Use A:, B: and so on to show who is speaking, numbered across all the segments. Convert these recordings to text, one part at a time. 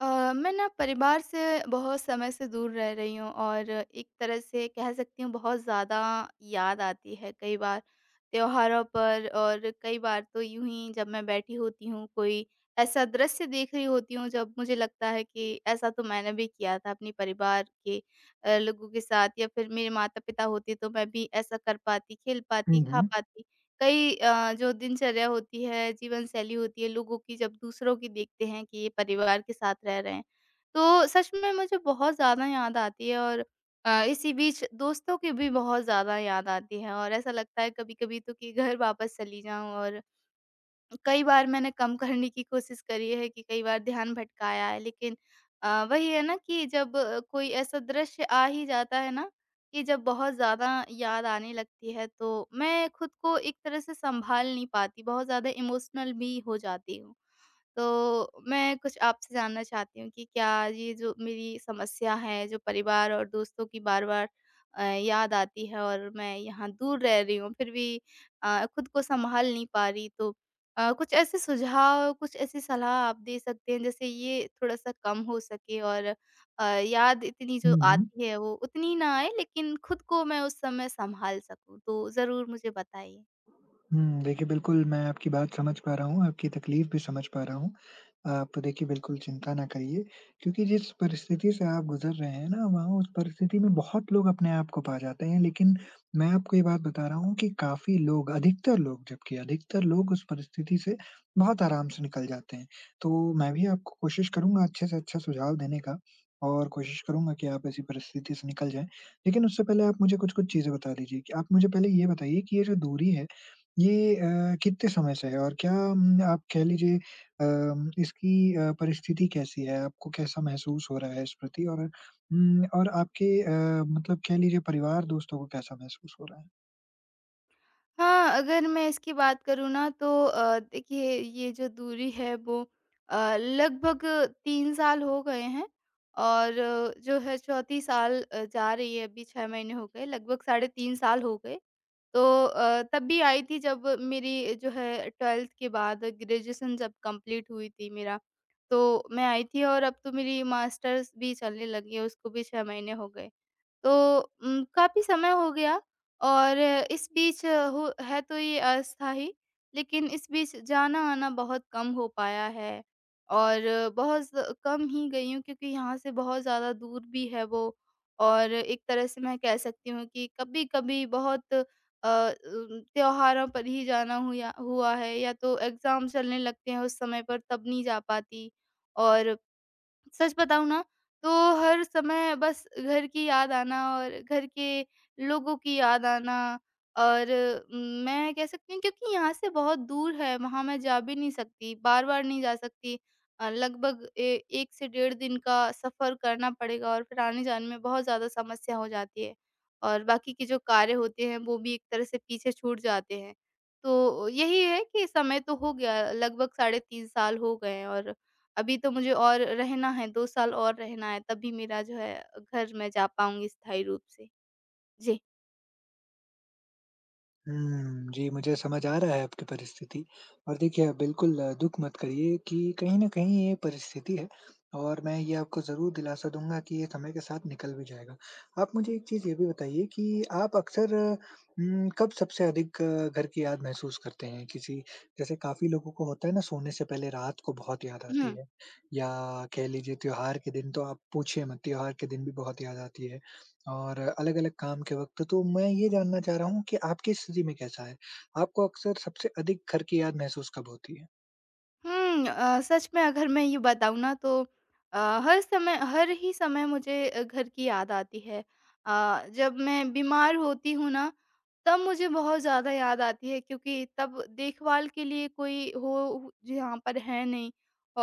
A: मैं ना परिवार से बहुत समय से दूर रह रही हूँ और एक तरह से कह सकती हूँ बहुत ज़्यादा याद आती है कई बार त्योहारों पर। और कई बार तो यूं ही जब मैं बैठी होती हूँ, कोई ऐसा दृश्य देख रही होती हूँ, जब मुझे लगता है कि ऐसा तो मैंने भी किया था अपने परिवार के लोगों के साथ, या फिर मेरे माता पिता होते तो मैं भी ऐसा कर पाती, खेल पाती,
B: झाल,
A: खा
B: झाल,
A: पाती। कई जो दिनचर्या होती है, जीवनशैली होती है लोगों की, जब दूसरों की देखते हैं कि ये परिवार के साथ रह रहे हैं, तो सच में मुझे बहुत ज़्यादा याद आती है। और इसी बीच दोस्तों की भी बहुत ज़्यादा याद आती है, और ऐसा लगता है कभी-कभी तो कि घर वापस चली जाऊँ। और कई बार मैंने कम करने की कोशिश करी है, कि कई बार ध्यान भटकाया है, लेकिन वही है ना कि जब कोई ऐसा दृश्य आ ही जाता है ना, कि जब बहुत ज़्यादा याद आने लगती है, तो मैं खुद को एक तरह से संभाल नहीं पाती, बहुत ज़्यादा इमोशनल भी हो जाती हूँ। तो मैं कुछ आपसे जानना चाहती हूँ कि क्या ये जो मेरी समस्या है, जो परिवार और दोस्तों की बार-बार याद आती है और मैं यहाँ दूर रह रही हूँ, फिर भी खुद को सँभाल नहीं पा रही, तो कुछ ऐसे सुझाव, कुछ ऐसी सलाह आप दे सकते हैं, जैसे ये थोड़ा-सा कम हो सके, और याद इतनी जो
B: झाल
A: आती है, वो उतनी ना आए, लेकिन खुद को मैं उस समय सँभाल सकूँ। तो ज़रूर मुझे बताइए।
B: हुँ, देखिए बिल्कुल, मैं आपकी बात समझ पा रहा हूँ, आपकी तकलीफ भी समझ पा रहा हूँ। आप देखिए बिल्कुल चिंता ना करिए क्योंकि जिस परिस्थिति से आप गुज़र रहे हैं ना, वहाँ उस परिस्थिति में बहुत लोग अपने आप को पा जाते हैं। लेकिन मैं आपको ये बात बता रहा हूँ कि काफ़ी लोग, अधिकतर लोग जबकि अधिकतर लोग उस परिस्थिति से बहुत आराम से निकल जाते हैं। तो मैं भी आपको कोशिश करूँगा अच्छे से अच्छा सुझाव देने का और कोशिश करूँगा कि आप ऐसी परिस्थिति से निकल जाएँ। लेकिन उससे पहले आप मुझे कुछ-कुछ चीज़ें बता दीजिए कि आप मुझे पहले ये बताइए कि ये जो दूरी है, ये कितने समय से है और क्या आप कह लीजिए इसकी परिस्थिति कैसी है? आपको कैसा महसूस हो रहा है इस प्रति और और आपके मतलब कह लीजिए परिवार दोस्तों को कैसा महसूस हो रहा है?
A: हाँ, अगर मैं इसकी बात करूँ ना तो देखिए ये जो दूरी है, वो लगभग 3 साल हो गए हैं। और जो है चौथी साल जा रही है, अभी 6 महीने हो गए, लगभग साढ़े 3 साल हो गए। तो तब भी आई थी जब मेरी जो है 12th के बाद ग्रेजुएशन जब कंप्लीट हुई थी मेरा, तो मैं आई थी। और अब तो मेरी मास्टर्स भी चलने लगी है, उसको भी 6 महीने हो गए। तो काफ़ी समय हो गया, और इस बीच हो है तो ये अस्थायी, लेकिन इस बीच जाना-आना बहुत कम हो पाया है। और बहुत ज़ कम ही गई हूँ, क्योंकि यहाँ से बहुत ज़्यादा दूर भी है वो। और एक तरह से मैं कह सकती हूँ कि कभी-कभी बहुत त्योहारों पर ही जाना हुया हुआ है, या तो एग्ज़ाम चलने लगते हैं उस समय पर, तब नहीं जा पाती। और सच बताऊँ ना, तो हर समय बस घर की याद आना और घर के लोगों की याद आना। और मैं कह सकती हूँ, क्योंकि यहाँ से बहुत दूर है, वहाँ मैं जा भी नहीं सकती, बार-बार नहीं जा सकती। लगभग ए 1 से डेढ़ दिन का सफ़र करना पड़ेगा, और फिर आने-जाने में बहुत ज़्यादा समस्या हो जाती है, और बाकी के जो कार्य होते हैं, वो भी एक तरह से पीछे छूट जाते हैं। तो यही है कि समय तो हो गया, लगभग साढ़े 3 साल हो गए हैं, और अभी तो मुझे और रहना है, 2 साल और रहना है, तभी मेरा जो है घर मैं जा पाऊँगी स्थायी रूप से। जी।
B: हुँ, जी, मुझे समझ आ रहा है आपकी परिस्थिति और देखिए, आप बिल्कुल दुःख मत करिए कि कहीं न कहीं ये परिस्थिति है और मैं ये आपको ज़रूर दिलासा दूँगा कि ये समय के साथ निकल भी जाएगा। आप मुझे एक चीज़ ये भी बताइए कि आप अक्सर कब सबसे अधिक घर की याद महसूस करते हैं? किसी जैसे काफ़ी लोगों को होता है ना सोने से पहले रात को बहुत याद आती
A: हुँ।
B: है या कह लीजिए त्योहार के दिन तो आप पूछिए मत, त्योहार के दिन भी बहुत याद आती है। और अलग-अलग काम के वक़्त, तो मैं ये जानना चाह रहा हूँ कि आपकी स्थिति में कैसा है? आपको अक्सर सबसे अधिक घर की याद महसूस कब होती है?
A: सच में अगर मैं ये बताऊँ ना तो अ, हर समय, हर ही समय मुझे घर की याद आती है। जब मैं बीमार होती हूँ ना, तब मुझे बहुत ज़्यादा याद आती है, क्योंकि तब देखभाल के लिए कोई हो यहाँ पर है नहीं।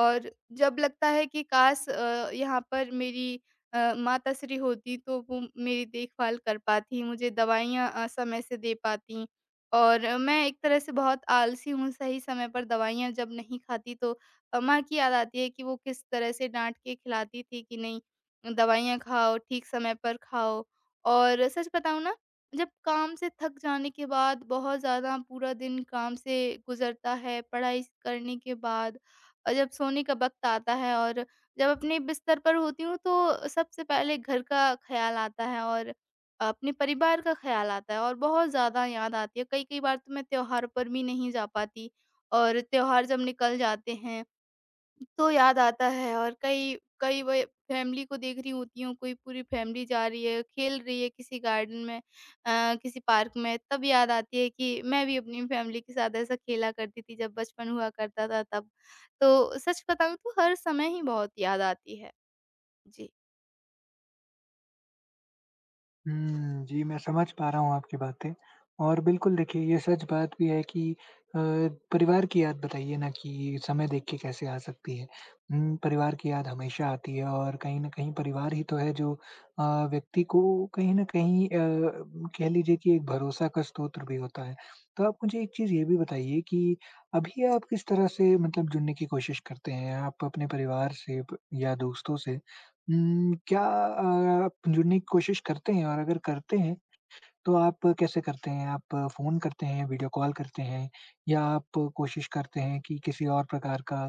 A: और जब लगता है कि काश यहाँ पर मेरी माताश्री होती, तो वो मेरी देखभाल कर पातीं, मुझे दवाइयाँ समय से दे पातीं। और मैं एक तरह से बहुत आलसी हूँ, सही समय पर दवाइयाँ जब नहीं खाती, तो माँ की याद आती है कि वो किस तरह से डाँट के खिलाती थी, कि नहीं दवाइयाँ खाओ, ठीक समय पर खाओ। और सच बताऊँ ना, जब काम से थक जाने के बाद, बहुत ज़्यादा पूरा दिन काम से गुज़रता है, पढ़ाई करने के बाद, और जब सोने का वक़्त आता है, और जब अपने बिस्तर पर होती हूँ, तो सबसे पहले घर का ख़्याल आता है, और अपने परिवार का ख़्याल आता है, और बहुत ज़्यादा याद आती है। कई-कई बार तो मैं त्योहार पर भी नहीं जा पाती, और त्योहार जब निकल जाते हैं, तो याद आता है। और कई कई वे फैमिली को देख रही होती हूँ, कोई पूरी फैमिली जा रही है, खेल रही है किसी गार्डन में, किसी पार्क में, तब याद आती है कि मैं भी अपनी फैमिली के साथ ऐसा खेला करती थी जब बचपन हुआ करता था तब। तो सच बताऊँ तो हर समय ही बहुत याद आती है। जी।
B: हुँ, जी, मैं समझ पा रहा हूँ आपकी बातें और बिल्कुल देखिए ये सच बात भी है कि अ, परिवार की याद बताइए ना कि समय देख के कैसे आ सकती है। परिवार की याद हमेशा आती है और कहीं न कहीं परिवार ही तो है जो अ, व्यक्ति को कहीं न कहीं कह लीजिए कि एक भरोसा का स्रोत भी होता है। तो आप मुझे एक चीज़ ये भी बताइए कि अभी आप किस तरह से मतलब जुड़ने की कोशिश करते हैं? आप अपने परिवार से प या दोस्तों से? क्या आप जुड़ने की कोशिश करते हैं और अगर करते हैं, तो आप कैसे करते हैं? आप फ़ोन करते हैं, वीडियो कॉल करते हैं या आप कोशिश करते हैं कि किसी और प्रकार का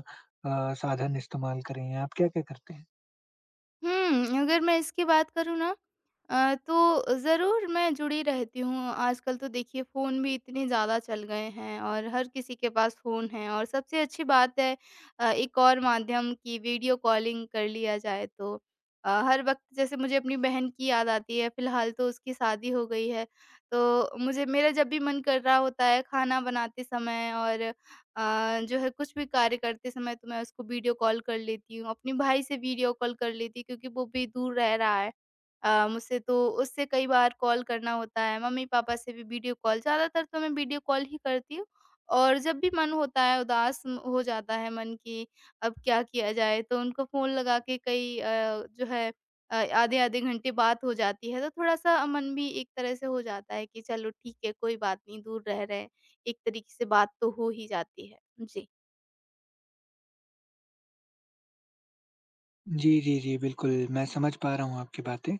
B: साधन इस्तेमाल करें? आप क्या-क्या करते हैं?
A: अगर मैं इसकी बात करूँ ना तो ज़रूर मैं जुड़ी रहती हूँ। आजकल तो देखिए फ़ोन भी इतने ज़्यादा चल गए हैं, और हर किसी के पास फ़ोन है, और सबसे अच्छी बात है एक और माध्यम की वीडियो कॉलिंग कर लिया जाए तो। हर वक़्त जैसे मुझे अपनी बहन की याद आती है, फ़िलहाल तो उसकी शादी हो गई है, तो मुझे मेरा जब भी मन कर रहा होता है खाना बनाते समय, और जो है कुछ भी कार्य करते समय, तो मैं उसको वीडियो कॉल कर लेती हूँ, अपने भाई से वीडियो कॉल कर लेती हूँ, क्योंकि वो भी दूर रह रहा है मुझसे, तो उससे कई बार कॉल करना होता है। मम्मी-पापा से भी वीडियो कॉल, ज़्यादातर तो मैं वीडियो कॉल ही करती हूँ। और जब भी मन होता है उदास म हो जाता है मन, कि अब क्या किया जाए, तो उनको फ़ोन लगा के कई जो है आधे-आधे घंटे बात हो जाती है, तो थोड़ा-सा मन भी एक तरह से हो जाता है कि चलो ठीक है, कोई बात नहीं, दूर रह रहे हैं। एक तरीके से बात तो हो ही जाती है। जी।
B: जी, जी, जी, बिल्कुल, मैं समझ पा रहा हूँ आपकी बातें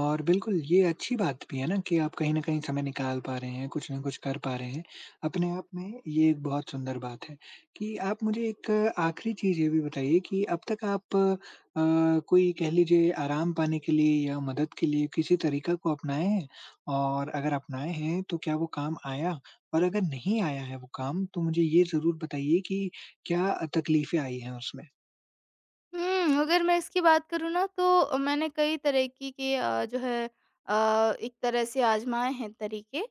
B: और बिल्कुल ये अच्छी बात भी है ना कि आप कहीं न कहीं समय निकाल पा रहे हैं, कुछ न कुछ कर पा रहे हैं। अपने आप में ये एक बहुत सुंदर बात है कि आप मुझे एक आखिरी चीज़ ये भी बताइए कि अब तक आप कोई कह लीजिए आराम पाने के लिए या मदद के लिए किसी तरीका को अपनाए हैं? और अगर अपनाए हैं तो क्या वो काम आया? और अगर नहीं आया है वो काम तो मुझे ये ज़रूर बताइए कि क्या तकलीफ़ें आई हैं उसमें?
A: अगर मैं इसकी बात करूँ ना, तो मैंने कई तरीके के जो है एक तरह से आज़माए हैं तरीके।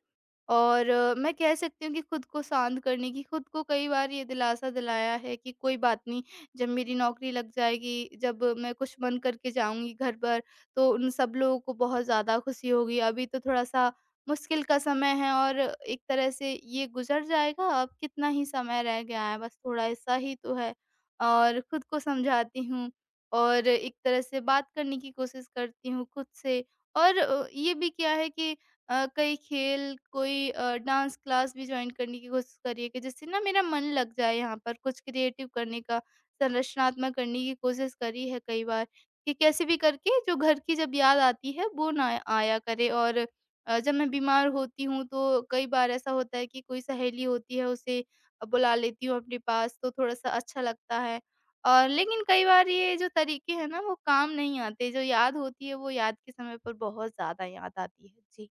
A: और मैं कह सकती हूँ कि खुद को शांत करने की, खुद को कई बार ये दिलासा दिलाया है कि कोई बात नहीं, जब मेरी नौकरी लग जाएगी, जब मैं कुछ बन करके जाऊँगी घर पर, तो उन सब लोगों को बहुत ज़्यादा खुशी होगी। अभी तो थोड़ा-सा मुश्किल का समय है, और एक तरह से ये गुज़र जाएगा, अब कितना ही समय रह गया है, बस थोड़ा-सा ही तो है। और खुद को समझाती हूँ, और एक तरह से बात करने की कोशिश करती हूँ खुद से। और ये भी क्या है कि कई खेल, कोई डांस क्लास भी ज्वाइन करने की कोशिश करिए कि जिससे ना मेरा मन लग जाए यहाँ पर, कुछ क्रिएटिव करने का, संरचनात्मक करने की कोशिश करी है कई बार, कि कैसे भी करके जो घर की जब याद आती है वो ना आया करे। और जब मैं बीमार होती हूँ, तो कई बार ऐसा होता है कि कोई सहेली होती है, उसे बुला लेती हूँ अपने पास, तो थोड़ा-सा अच्छा लगता है। और लेकिन कई बार ये जो तरीके हैं ना, वो काम नहीं आते, जो याद होती है वो याद के समय पर बहुत ज़्यादा याद आती है। जी।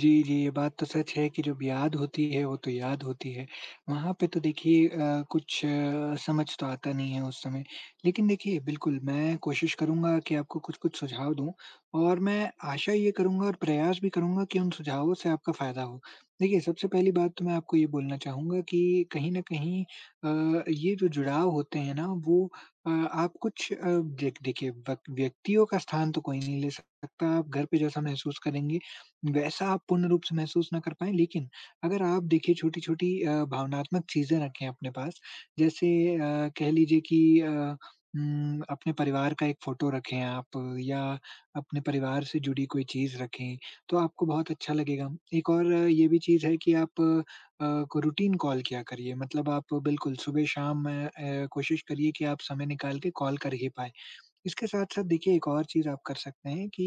B: जी, जी, ये बात तो सच है कि जब याद होती है, वो तो याद होती है। वहाँ पे तो देखिए कुछ समझ तो आता नहीं है उस समय। लेकिन देखिए बिल्कुल, मैं कोशिश करूँगा कि आपको कुछ-कुछ सुझाव दूँ और मैं आशा ये करूँगा और प्रयास भी करूँगा कि उन सुझावों से आपका फ़ायदा हो। देखिए, सबसे पहली बात तो मैं आपको ये बोलना चाहूँगा कि कहीं न कहीं ये जो जुड़ाव होते हैं ना, वो आप कुछ देखिए, वक व्यक्तियों का स्थान तो कोई नहीं ले सकता। आप घर पे जैसा महसूस करेंगे, वैसा आप पूर्ण रूप से महसूस ना कर पाएँ, लेकिन अगर आप देखिए छोटी-छोटी भावनात्मक चीज़ें रखें अपने पास, जैसे अ, कह लीजिए कि अपने परिवार का एक फ़ोटो रखें आप या अपने परिवार से जुड़ी कोई चीज़ रखें, तो आपको बहुत अच्छा लगेगा। एक और ये भी चीज़ है कि आप को रूटीन कॉल किया करिए, मतलब आप बिल्कुल सुबह-शाम कोशिश करिए कि आप समय निकाल के कॉल कर ही पाएँ। इसके साथ-साथ देखिए एक और चीज़ आप कर सकते हैं कि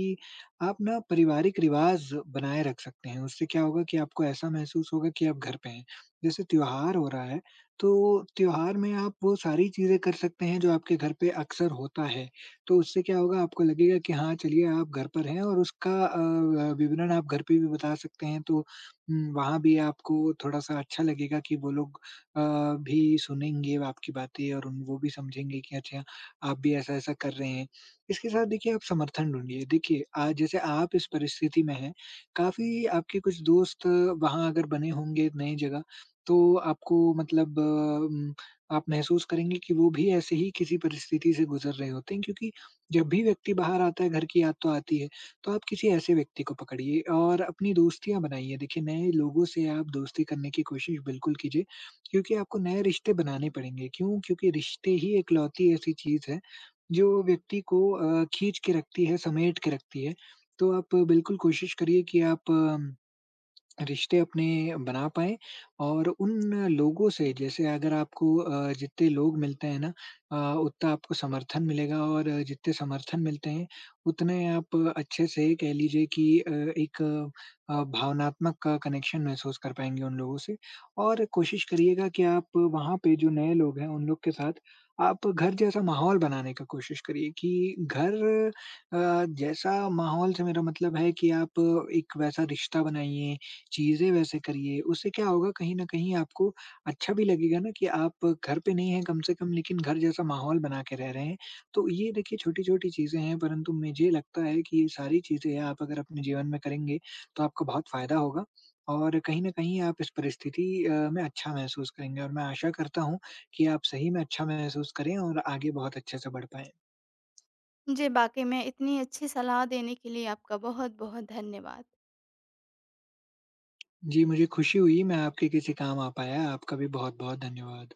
B: आप ना पारिवारिक रिवाज़ बनाए रख सकते हैं। उससे क्या होगा कि आपको ऐसा महसूस होगा कि आप घर पे हैं। जैसे त्योहार हो रहा है, तो त्योहार में आप वो सारी चीज़ें कर सकते हैं जो आपके घर पे अक्सर होता है। तो उससे क्या होगा आपको लगेगा कि हाँ, चलिए आप घर पर हैं और उसका अ, व विवरण आप घर पे भी बता सकते हैं तो वहाँ भी आपको थोड़ा-सा अच्छा लगेगा कि वो लोग अ, भी सुनेंगे आपकी बातें और उन वो भी समझेंगे कि अच्छा आप भी ऐसा-ऐसा कर रहे हैं। इसके साथ देखिए आप समर्थन ढूँढिए। देखिए आज जैसे आप इस परिस्थिति में हैं, काफ़ी आपके कुछ दोस्त वहाँ अगर बने होंगे नई जगह, तो आपको मतलब आप महसूस करेंगे कि वो भी ऐसे ही किसी परिस्थिति से गुज़र रहे होते हैं क्योंकि जब भी व्यक्ति बाहर आता है घर की याद तो आती है। तो आप किसी ऐसे व्यक्ति को पकड़िए और अपनी दोस्तियाँ बनाइए। देखिए नए लोगों से आप दोस्ती करने की कोशिश बिल्कुल कीजिए क्योंकि आपको नए रिश्ते बनाने पड़ेंगे। क्यों? क्योंकि रिश्ते ही इकलौती ऐसी चीज़ है, जो व्यक्ति को खींच के रखती है, समेट के रखती है। तो आप बिल्कुल कोशिश करिए कि आप रिश्ते अपने बना पाएँ और उन लोगों से जैसे अगर आपको जितने लोग मिलते हैं ना उतना आपको समर्थन मिलेगा और जितने समर्थन मिलते हैं उतने आप अच्छे से कह लीजिए कि एक भावनात्मक कनेक्शन महसूस कर पाएँगे उन लोगों से। और कोशिश करिएगा कि आप वहाँ पे जो नए लोग हैं उन लोग के साथ आप घर जैसा माहौल बनाने का कोशिश करिए कि घर जैसा माहौल से मेरा मतलब है कि आप एक वैसा रिश्ता बनाइए चीज़ें वैसे करिए, उससे क्या होगा कहीं न कहीं आपको अच्छा भी लगेगा ना कि आप घर पे नहीं हैं कम से कम लेकिन घर जैसा माहौल बना के रह रहे हैं। तो ये देखिए छोटी-छोटी चीज़ें हैं परंतु मुझे लगता है कि ये सारी चीज़ें आप अगर अपने जीवन में करेंगे तो आपको बहुत फ़ायदा होगा और कहीं न कहीं आप इस परिस्थिति में अच्छा महसूस करेंगे और मैं आशा करता हूँ कि आप सही में अच्छा महसूस करें और आगे बहुत अच्छे से बढ़ पाएँ।
A: जी, वाक़ई में इतनी अच्छी सलाह देने के लिए आपका बहुत-बहुत धन्यवाद।
B: जी, मुझे खुशी हुई मैं आपके किसी काम आ पाया। आपका भी बहुत-बहुत धन्यवाद।